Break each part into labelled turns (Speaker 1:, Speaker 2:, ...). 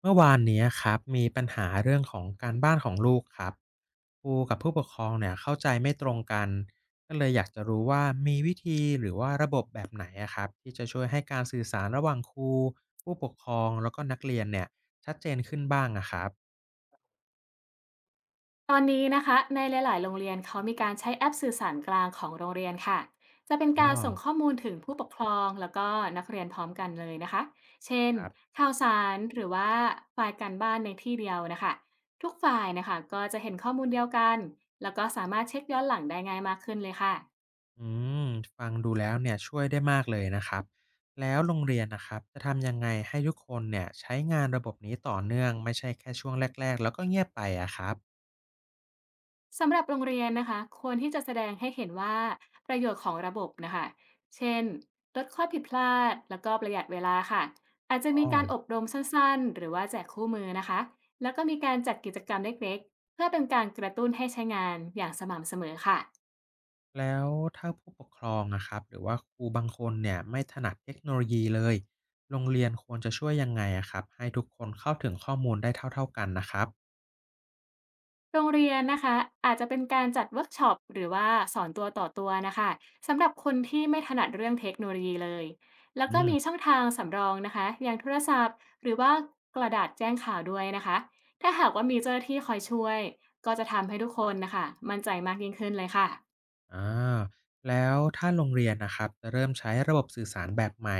Speaker 1: เมื่อวานเนี้ยครับมีปัญหาเรื่องของการบ้านของลูกครับครูกับผู้ปกครองเนี่ยเข้าใจไม่ตรงกันก็เลยอยากจะรู้ว่ามีวิธีหรือว่าระบบแบบไหนอะครับที่จะช่วยให้การสื่อสารระหว่างครูผู้ปกครองแล้วก็นักเรียนเนี่ยชัดเจนขึ้นบ้างอะครับ
Speaker 2: ตอนนี้นะคะในหลายๆโรงเรียนเขามีการใช้แอปสื่อสารกลางของโรงเรียนค่ะจะเป็น
Speaker 1: อ๋
Speaker 2: กา
Speaker 1: อ
Speaker 2: รส่งข้อมูลถึงผู้ปกครองแล้วก็นักเรียนพร้อมกันเลยนะคะเช่น
Speaker 1: ครับ
Speaker 2: ข่าวสารหรือว่าไฟล์การบ้านในที่เดียวนะคะทุกฝ่ายนะคะก็จะเห็นข้อมูลเดียวกันแล้วก็สามารถเช็คย้อนหลังได้ง่ายมากขึ้นเลยค่ะ
Speaker 1: อืมฟังดูแล้วเนี่ยช่วยได้มากเลยนะครับแล้วโรงเรียนนะครับจะทำยังไงให้ทุกคนเนี่ยใช้งานระบบนี้ต่อเนื่องไม่ใช่แค่ช่วงแรกๆแล้วก็เงียบไปอะครับ
Speaker 2: สำหรับโรงเรียนนะคะควรที่จะแสดงให้เห็นว่าประโยชน์ของระบบนะคะเช่นลดข้อผิดพลาดแล้วก็ประหยัดเวลาค่ะอาจจะมี
Speaker 1: อ๋อ
Speaker 2: การอบรมสั้นๆหรือว่าแจกคู่มือนะคะแล้วก็มีการจัดกิจกรรมเล็กๆเพื่อเป็นการกระตุ้นให้ใช้งานอย่างสม่ำเสมอค่ะ
Speaker 1: แล้วถ้าผู้ปกครองนะครับหรือว่าครูบางคนเนี่ยไม่ถนัดเทคโนโลยีเลยโรงเรียนควรจะช่วยยังไงอะครับให้ทุกคนเข้าถึงข้อมูลได้เท่าๆกันนะครับ
Speaker 2: โรงเรียนนะคะอาจจะเป็นการจัดเวิร์กช็อปหรือว่าสอนตัวต่อตัวนะคะสำหรับคนที่ไม่ถนัดเรื่องเทคโนโลยีเลยแล้ว
Speaker 1: อื
Speaker 2: ก็มีช่
Speaker 1: ม
Speaker 2: องทางสำรองนะคะอย่างโทรศัพท์หรือว่ากระดาษแจ้งข่าวด้วยนะคะถ้าหากว่ามีเจ้าหน้าที่คอยช่วยก็จะทำให้ทุกคนนะคะมั่นใจมากยิ่งขึ้นเลยค่ะ
Speaker 1: อ่าแล้วถ้าโรงเรียนนะครับจะเริ่มใช้ระบบสื่อสารแบบใหม่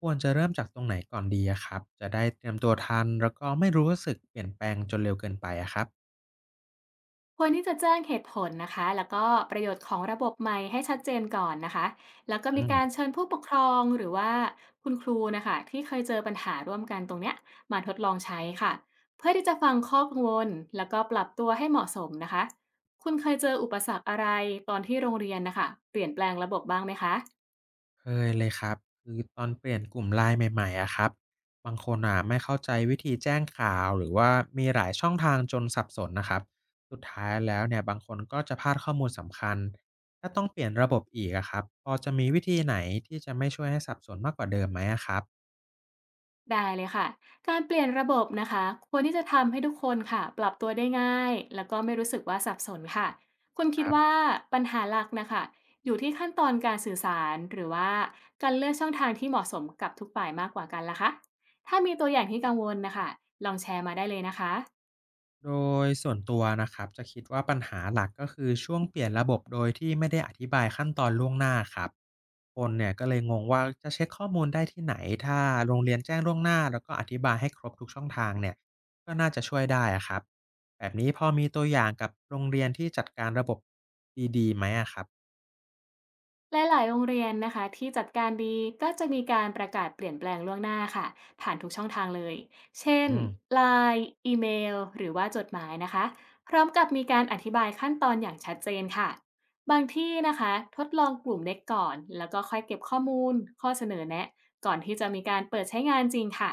Speaker 1: ควรจะเริ่มจากตรงไหนก่อนดีอะครับจะได้เตรียมตัวทันแล้วก็ไม่รู้สึกเปลี่ยนแปลงจนเร็วเกินไปอะครับ
Speaker 2: ควรที่จะแจ้งเหตุผลนะคะแล้วก็ประโยชน์ของระบบใหม่ให้ชัดเจนก่อนนะคะแล้วก็มี
Speaker 1: อืม
Speaker 2: การเชิญผู้ปกครองหรือว่าคุณครูนะคะที่เคยเจอปัญหาร่วมกันตรงเนี้ยมาทดลองใช้ค่ะเพื่อที่จะฟังข้อกังวลแล้วก็ปรับตัวให้เหมาะสมนะคะคุณเคยเจออุปสรรคอะไรตอนที่โรงเรียนนะคะเปลี่ยนแปลงระบบบ้างไหมคะ
Speaker 1: เคยเลยครับคือตอนเปลี่ยนกลุ่มไลน์ใหม่ๆอะครับบางคนอ่ะไม่เข้าใจวิธีแจ้งข่าวหรือว่ามีหลายช่องทางจนสับสนนะครับสุดท้ายแล้วเนี่ยบางคนก็จะพลาดข้อมูลสำคัญถ้าต้องเปลี่ยนระบบอีกอะครับพอจะมีวิธีไหนที่จะไม่ช่วยให้สับสนมากกว่าเดิมไหมอะครับ
Speaker 2: ได้เลยค่ะ การเปลี่ยนระบบนะคะควรที่จะทำให้ทุกคนค่ะปรับตัวได้ง่าย แล้วก็ไม่รู้สึกว่าสับสนค่ะคุณคิ
Speaker 1: ค
Speaker 2: ด
Speaker 1: รั
Speaker 2: ว่า
Speaker 1: บ
Speaker 2: ปัญหาหลักนะคะอยู่ที่ขั้นตอนการสื่อสาร หรือว่าการเลือกช่องทางที่เหมาะสมกับทุกฝ่ายมากกว่ากันล่ะคะถ้ามีตัวอย่างที่กังวลนะคะลองแชร์มาได้เลยนะคะ
Speaker 1: โดยส่วนตัวนะครับจะคิดว่าปัญหาหลักก็คือช่วงเปลี่ยนระบบโดยที่ไม่ได้อธิบายขั้นตอนล่วงหน้าครับคนเนี่ยก็เลยงงว่าจะเช็คข้อมูลได้ที่ไหนถ้าโรงเรียนแจ้งล่วงหน้าแล้วก็อธิบายให้ครบทุกช่องทางเนี่ยก็น่าจะช่วยได้อะครับแบบนี้พอมีตัวอย่างกับโรงเรียนที่จัดการระบบดีๆไหมอะครับ
Speaker 2: หลายๆโรงเรียนนะคะที่จัดการดีก็จะมีการประกาศเปลี่ยนแปลงล่วงหน้าค่ะผ่านทุกช่องทางเลยเช่น
Speaker 1: อืม
Speaker 2: LINE อีเมลหรือว่าจดหมายนะคะพร้อมกับมีการอธิบายขั้นตอนอย่างชัดเจนค่ะบางที่นะคะทดลองกลุ่มเล็กก่อนแล้วก็ค่อยเก็บข้อมูลข้อเสนอแนะก่อนที่จะมีการเปิดใช้งานจริงค่ะ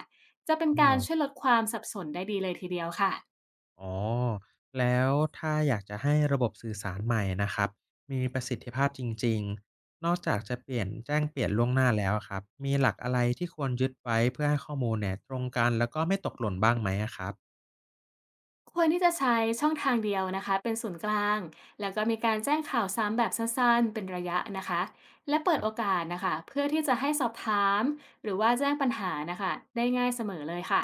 Speaker 2: จะเป็นการช่วยลดความสับสนได้ดีเลยทีเดียวค่ะ
Speaker 1: อ๋อแล้วถ้าอยากจะให้ระบบสื่อสารใหม่นะครับมีประสิทธิภาพจริงๆนอกจากจะเปลี่ยนแจ้งเปลี่ยนล่วงหน้าแล้วอะครับมีหลักอะไรที่ควรยึดไว้เพื่อให้ข้อมูลเนี่ยตรงกันแล้วก็ไม่ตกหล่นบ้างไหมอะครับ
Speaker 2: ควรที่จะใช้ช่องทางเดียวนะคะเป็นศูนย์กลางแล้วก็มีการแจ้งข่าวซ้ำแบบสั้นๆเป็นระยะนะคะและเปิ
Speaker 1: ค
Speaker 2: ด
Speaker 1: รั
Speaker 2: โอ
Speaker 1: บ
Speaker 2: กาสนะคะเพื่อที่จะให้สอบถามหรือว่าแจ้งปัญหานะคะได้ง่ายเสมอเลยค่ะ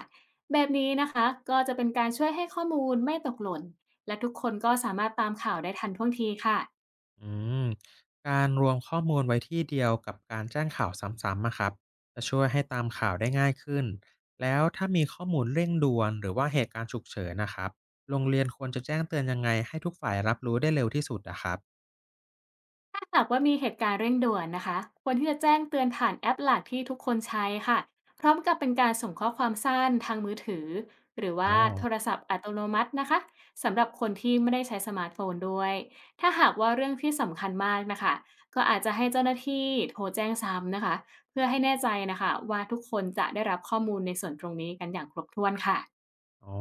Speaker 2: แบบนี้นะคะก็จะเป็นการช่วยให้ข้อมูลไม่ตกหล่นและทุกคนก็สามารถตามข่าวได้ทันท่วงทีค่ะ
Speaker 1: อืมการรวมข้อมูลไว้ที่เดียวกับการแจ้งข่าวซ้ำๆอะครับจะช่วยให้ตามข่าวได้ง่ายขึ้นแล้วถ้ามีข้อมูลเร่งด่วนหรือว่าเหตุการณ์ฉุกเฉินนะครับโรงเรียนควรจะแจ้งเตือนยังไงให้ทุกฝ่ายรับรู้ได้เร็วที่สุดอะครับ
Speaker 2: ถ้าหากว่ามีเหตุการณ์เร่งด่วนนะคะควรที่จะแจ้งเตือนผ่านแอปหลักที่ทุกคนใช้ค่ะพร้อมกับเป็นการส่งข้อความสั้นทางมือถือหรือว่า
Speaker 1: อ๋อ
Speaker 2: โทรศัพท์อัตโนมัตินะคะสำหรับคนที่ไม่ได้ใช้สมาร์ทโฟนด้วยถ้าหากว่าเรื่องที่สำคัญมากนะคะก็อาจจะให้เจ้าหน้าที่โทรแจ้งซ้ำนะคะเพื่อให้แน่ใจนะคะว่าทุกคนจะได้รับข้อมูลในส่วนตรงนี้กันอย่างครบถ้วนค่ะ
Speaker 1: อ๋อ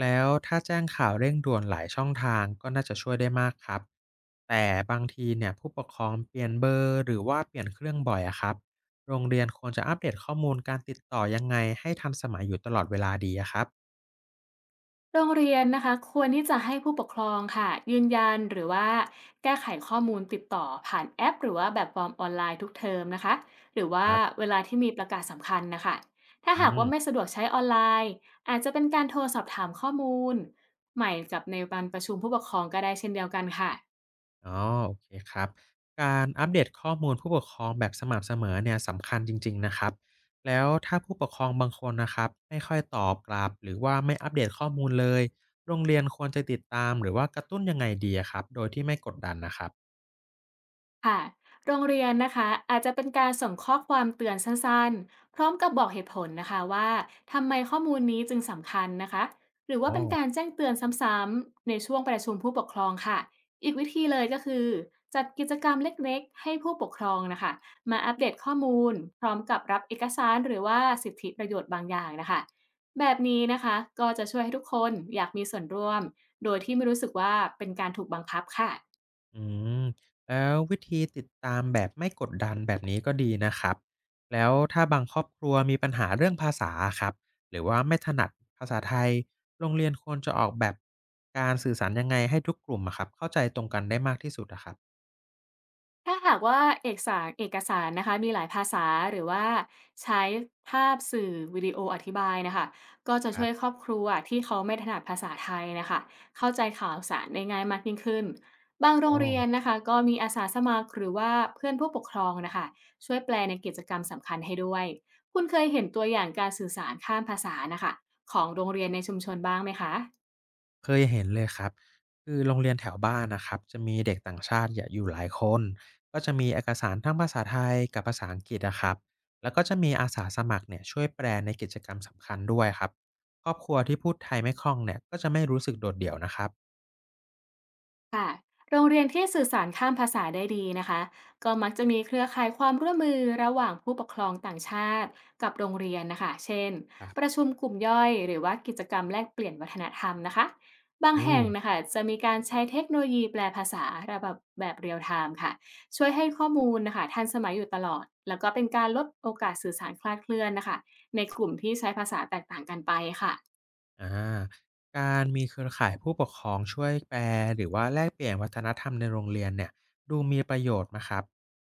Speaker 1: แล้วถ้าแจ้งข่าวเร่งด่วนหลายช่องทางก็น่าจะช่วยได้มากครับแต่บางทีเนี่ยผู้ปกครองเปลี่ยนเบอร์หรือว่าเปลี่ยนเครื่องบ่อยอะครับโรงเรียนควรจะอัปเดตข้อมูลการติดต่อยังไงให้ทันสมัยอยู่ตลอดเวลาดีอะครับ
Speaker 2: โรงเรียนนะคะควรที่จะให้ผู้ปกครองค่ะยืนยันหรือว่าแก้ไขข้อมูลติดต่อผ่านแอปหรือว่าแบบฟอร์มออนไลน์ทุกเทอมนะคะหรือ
Speaker 1: ค
Speaker 2: ว่า
Speaker 1: รับ
Speaker 2: เวลาที่มีประกาศสำคัญนะคะถ้า
Speaker 1: อื
Speaker 2: หาก
Speaker 1: ม
Speaker 2: ว่าไม่สะดวกใช้ออนไลน์อาจจะเป็นการโทรสอบถามข้อมูลใหม่กับในปันประชุมผู้ปกครองก็ได้เช่นเดียวกันค่ะ
Speaker 1: อ๋อโอเคครับการอัปเดตข้อมูลผู้ปกครองแบบสม่ำเสมอเนี่ยสำคัญจริงๆนะครับแล้วถ้าผู้ปกครองบางคนนะครับไม่ค่อยตอบกลับหรือว่าไม่อัปเดตข้อมูลเลยโรงเรียนควรจะติดตามหรือว่ากระตุ้นยังไงดีอะครับโดยที่ไม่กดดันนะครับ
Speaker 2: ค่ะโรงเรียนนะคะอาจจะเป็นการส่งข้อความเตือนสั้นๆพร้อมกับบอกเหตุผลนะคะว่าทำไมข้อมูลนี้จึงสำคัญนะคะหรือว่า
Speaker 1: อ๋อ
Speaker 2: เป็นการแจ้งเตือนซ้ำๆในช่วงประชุมผู้ปกครองค่ะอีกวิธีเลยก็คือจัดกิจกรรมเล็กๆให้ผู้ปกครองนะคะมาอัปเดตข้อมูลพร้อมกับรับเอกสารหรือว่าสิทธิประโยชน์บางอย่างนะคะแบบนี้นะคะก็จะช่วยให้ทุกคนอยากมีส่วนร่วมโดยที่ไม่รู้สึกว่าเป็นการถูกบังคับค่ะ
Speaker 1: อืมแล้ววิธีติดตามแบบไม่กดดันแบบนี้ก็ดีนะครับแล้วถ้าบางครอบครัวมีปัญหาเรื่องภาษาครับหรือว่าไม่ถนัดภาษาไทยโรงเรียนควรจะออกแบบการสื่อสารยังไงให้ทุกกลุ่มอะครับเข้าใจตรงกันได้มากที่สุดอะครับ
Speaker 2: ถ้าหากว่าเอกสารนะคะมีหลายภาษาหรือว่าใช้ภาพสื่อวิดีโออธิบายนะคะก็จะ
Speaker 1: ค
Speaker 2: ช่
Speaker 1: รั
Speaker 2: วยค
Speaker 1: บ
Speaker 2: รอบครัวที่เขาไม่ถนัดภาษาไทยนะคะเข้าใจข่าวสารได้ง่ายมากยิ่งขึ้นบางโร
Speaker 1: อ๋อ
Speaker 2: งเรียนนะคะก็มีอาสาสมัครหรือว่าเพื่อนผู้ปกครองนะคะช่วยแปลในกิจกรรมสำคัญให้ด้วยคุณเคยเห็นตัวอย่างการสื่อสารข้ามภาษานะคะของโรงเรียนในชุมชนบ้างไหมคะ
Speaker 1: เคยเห็นเลยครับคือโรงเรียนแถวบ้านนะครับจะมีเด็กต่างชาติเนี่ยอยู่หลายคนก็จะมีเอกสารทั้งภาษาไทยกับภาษาอังกฤษนะครับแล้วก็จะมีอาสาสมัครเนี่ยช่วยแปลในกิจกรรมสำคัญด้วยครับครอบครัวที่พูดไทยไม่คล่องเนี่ยก็จะไม่รู้สึกโดดเดี่ยวนะครับ
Speaker 2: ค่ะโรงเรียนที่สื่อสารข้ามภาษาได้ดีนะคะก็มักจะมีเครือข่ายความร่วมมือระหว่างผู้ปกครองต่างชาติกับโรงเรียนนะคะเช่น
Speaker 1: ครั
Speaker 2: ประ
Speaker 1: บ
Speaker 2: ชุมกลุ่มย่อยหรือว่ากิจกรรมแลกเปลี่ยนวัฒนธรรมนะคะบาง
Speaker 1: อื
Speaker 2: แห่
Speaker 1: ม
Speaker 2: งนะคะจะมีการใช้เทคโนโลยีแปลภาษาระบบแบบเรียลไทม์ค่ะช่วยให้ข้อมูลนะคะทันสมัยอยู่ตลอดแล้วก็เป็นการลดโอกาสสื่อสารคลาดเคลื่อนนะคะในกลุ่มที่ใช้ภาษาแตกต่างกันไปค่ะ
Speaker 1: อาการมีเครือข่ายผู้ปกครองช่วยแปลหรือว่าแลกเปลี่ยนวัฒนธรรมในโรงเรียนเนี่ยดูมีประโยชน์นะครับ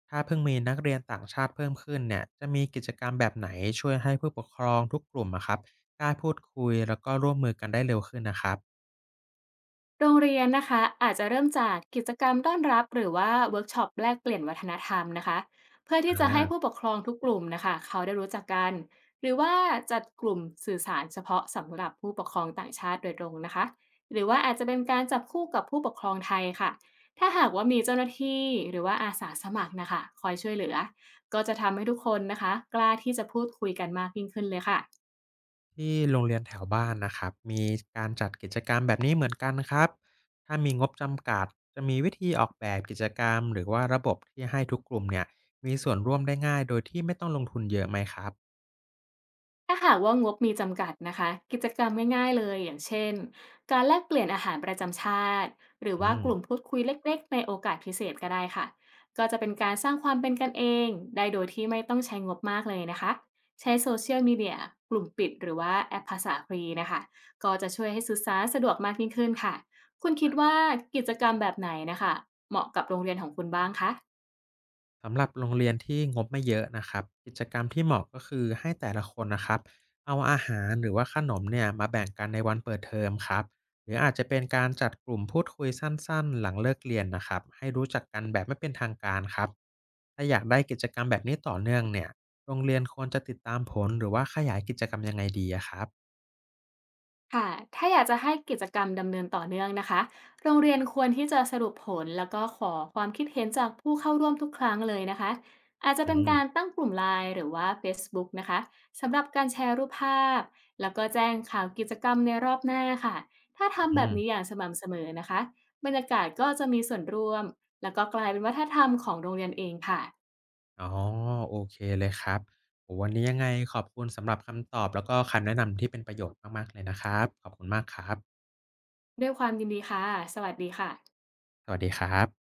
Speaker 1: ถ้าเพิ่งมีนักเรียนต่างชาติเพิ่มขึ้นเนี่ยจะมีกิจกรรมแบบไหนช่วยให้ผู้ปกครองทุกกลุ่มอะครับกล้าพูดคุยแล้วก็ร่วมมือกันได้เร็วขึ้นนะครับ
Speaker 2: โรงเรียนนะคะอาจจะเริ่มจากกิจกรรมต้อนรับหรือว่าเวิร์กช็อปแลกเปลี่ยนวัฒนธรรมนะคะเพื่อ
Speaker 1: อ
Speaker 2: ที่จะให้
Speaker 1: า
Speaker 2: ผู้ปกครองทุกกลุ่มนะคะเขาได้รู้จักกันหรือว่าจัดกลุ่มสื่อสารเฉพาะสำหรับผู้ปกครองต่างชาติโดยตรงนะคะหรือว่าอาจจะเป็นการจับคู่กับผู้ปกครองไทยค่ะถ้าหากว่ามีเจ้าหน้าที่หรือว่าอาสาสมัครนะคะคอยช่วยเหลือก็จะทำให้ทุกคนนะคะกล้าที่จะพูดคุยกันมากยิ่งขึ้นเลยค่ะ
Speaker 1: ที่โรงเรียนแถวบ้านนะครับมีการจัดกิจกรรมแบบนี้เหมือนกันครับถ้ามีงบจำกัดจะมีวิธีออกแบบกิจกรรมหรือว่าระบบที่ให้ทุกกลุ่มเนี่ยมีส่วนร่วมได้ง่ายโดยที่ไม่ต้องลงทุนเยอะไหมครับ
Speaker 2: ถ้าหากว่างบมีจำกัดนะคะกิจกรรมง่ายๆเลยอย่างเช่นการแลกเปลี่ยนอาหารประจำชาติหรือ
Speaker 1: อื
Speaker 2: ว่าก
Speaker 1: ม
Speaker 2: ลุ่มพูดคุยเล็กๆในโอกาสพิเศษก็ได้ค่ะก็จะเป็นการสร้างความเป็นกันเองได้โดยที่ไม่ต้องใช้งบมากเลยนะคะใช้โซเชียลมีเดียกลุ่มปิดหรือว่าแอปภาษาฟรีนะคะก็จะช่วยให้สื่อสารสะดวกมากยิ่งขึ้นค่ะคุณคิดว่ากิจกรรมแบบไหนนะคะเหมาะกับโรงเรียนของคุณบ้างคะ
Speaker 1: สำหรับโรงเรียนที่งบไม่เยอะนะครับกิจกรรมที่เหมาะก็คือให้แต่ละคนนะครับเอาอาหารหรือว่าขนมเนี่ยมาแบ่งกันในวันเปิดเทอมครับหรืออาจจะเป็นการจัดกลุ่มพูดคุยสั้นๆหลังเลิกเรียนนะครับให้รู้จักกันแบบไม่เป็นทางการครับถ้าอยากได้กิจกรรมแบบนี้ต่อเนื่องเนี่ยโรงเรียนควรจะติดตามผลหรือว่าขยายกิจกรรมยังไงดีอะครับ
Speaker 2: ค่ะถ้าอยากจะให้กิจกรรมดำเนินต่อเนื่องนะคะ โรงเรียนควรที่จะสรุปผลแล้วก็ขอความคิดเห็นจากผู้เข้าร่วมทุกครั้งเลยนะคะ อาจจะ
Speaker 1: อื
Speaker 2: เป็นการ
Speaker 1: ม
Speaker 2: ตั้งกลุ่ม LINE หรือว่า Facebook นะคะ สำหรับการแชร์รูปภาพแล้วก็แจ้งข่าวกิจกรรมในรอบหน้าค่ะ ถ้าทำ
Speaker 1: อื
Speaker 2: แบ
Speaker 1: ม
Speaker 2: บนี้อย่างสม่ำเสมอนะคะ บรรยากาศก็จะมีส่วนร่วมแล้วก็กลายเป็นวัฒนธรรมของโรงเรียนเองค่ะ
Speaker 1: อ๋อโอเคเลยครับโอ้วันนี้ยังไงขอบคุณสำหรับคำตอบแล้วก็คำแนะนำที่เป็นประโยชน์มากๆเลยนะครับขอบคุณมากครับ
Speaker 2: ด้วยความยินดีค่ะสวัสดีค่ะ
Speaker 1: สวัสดีครับ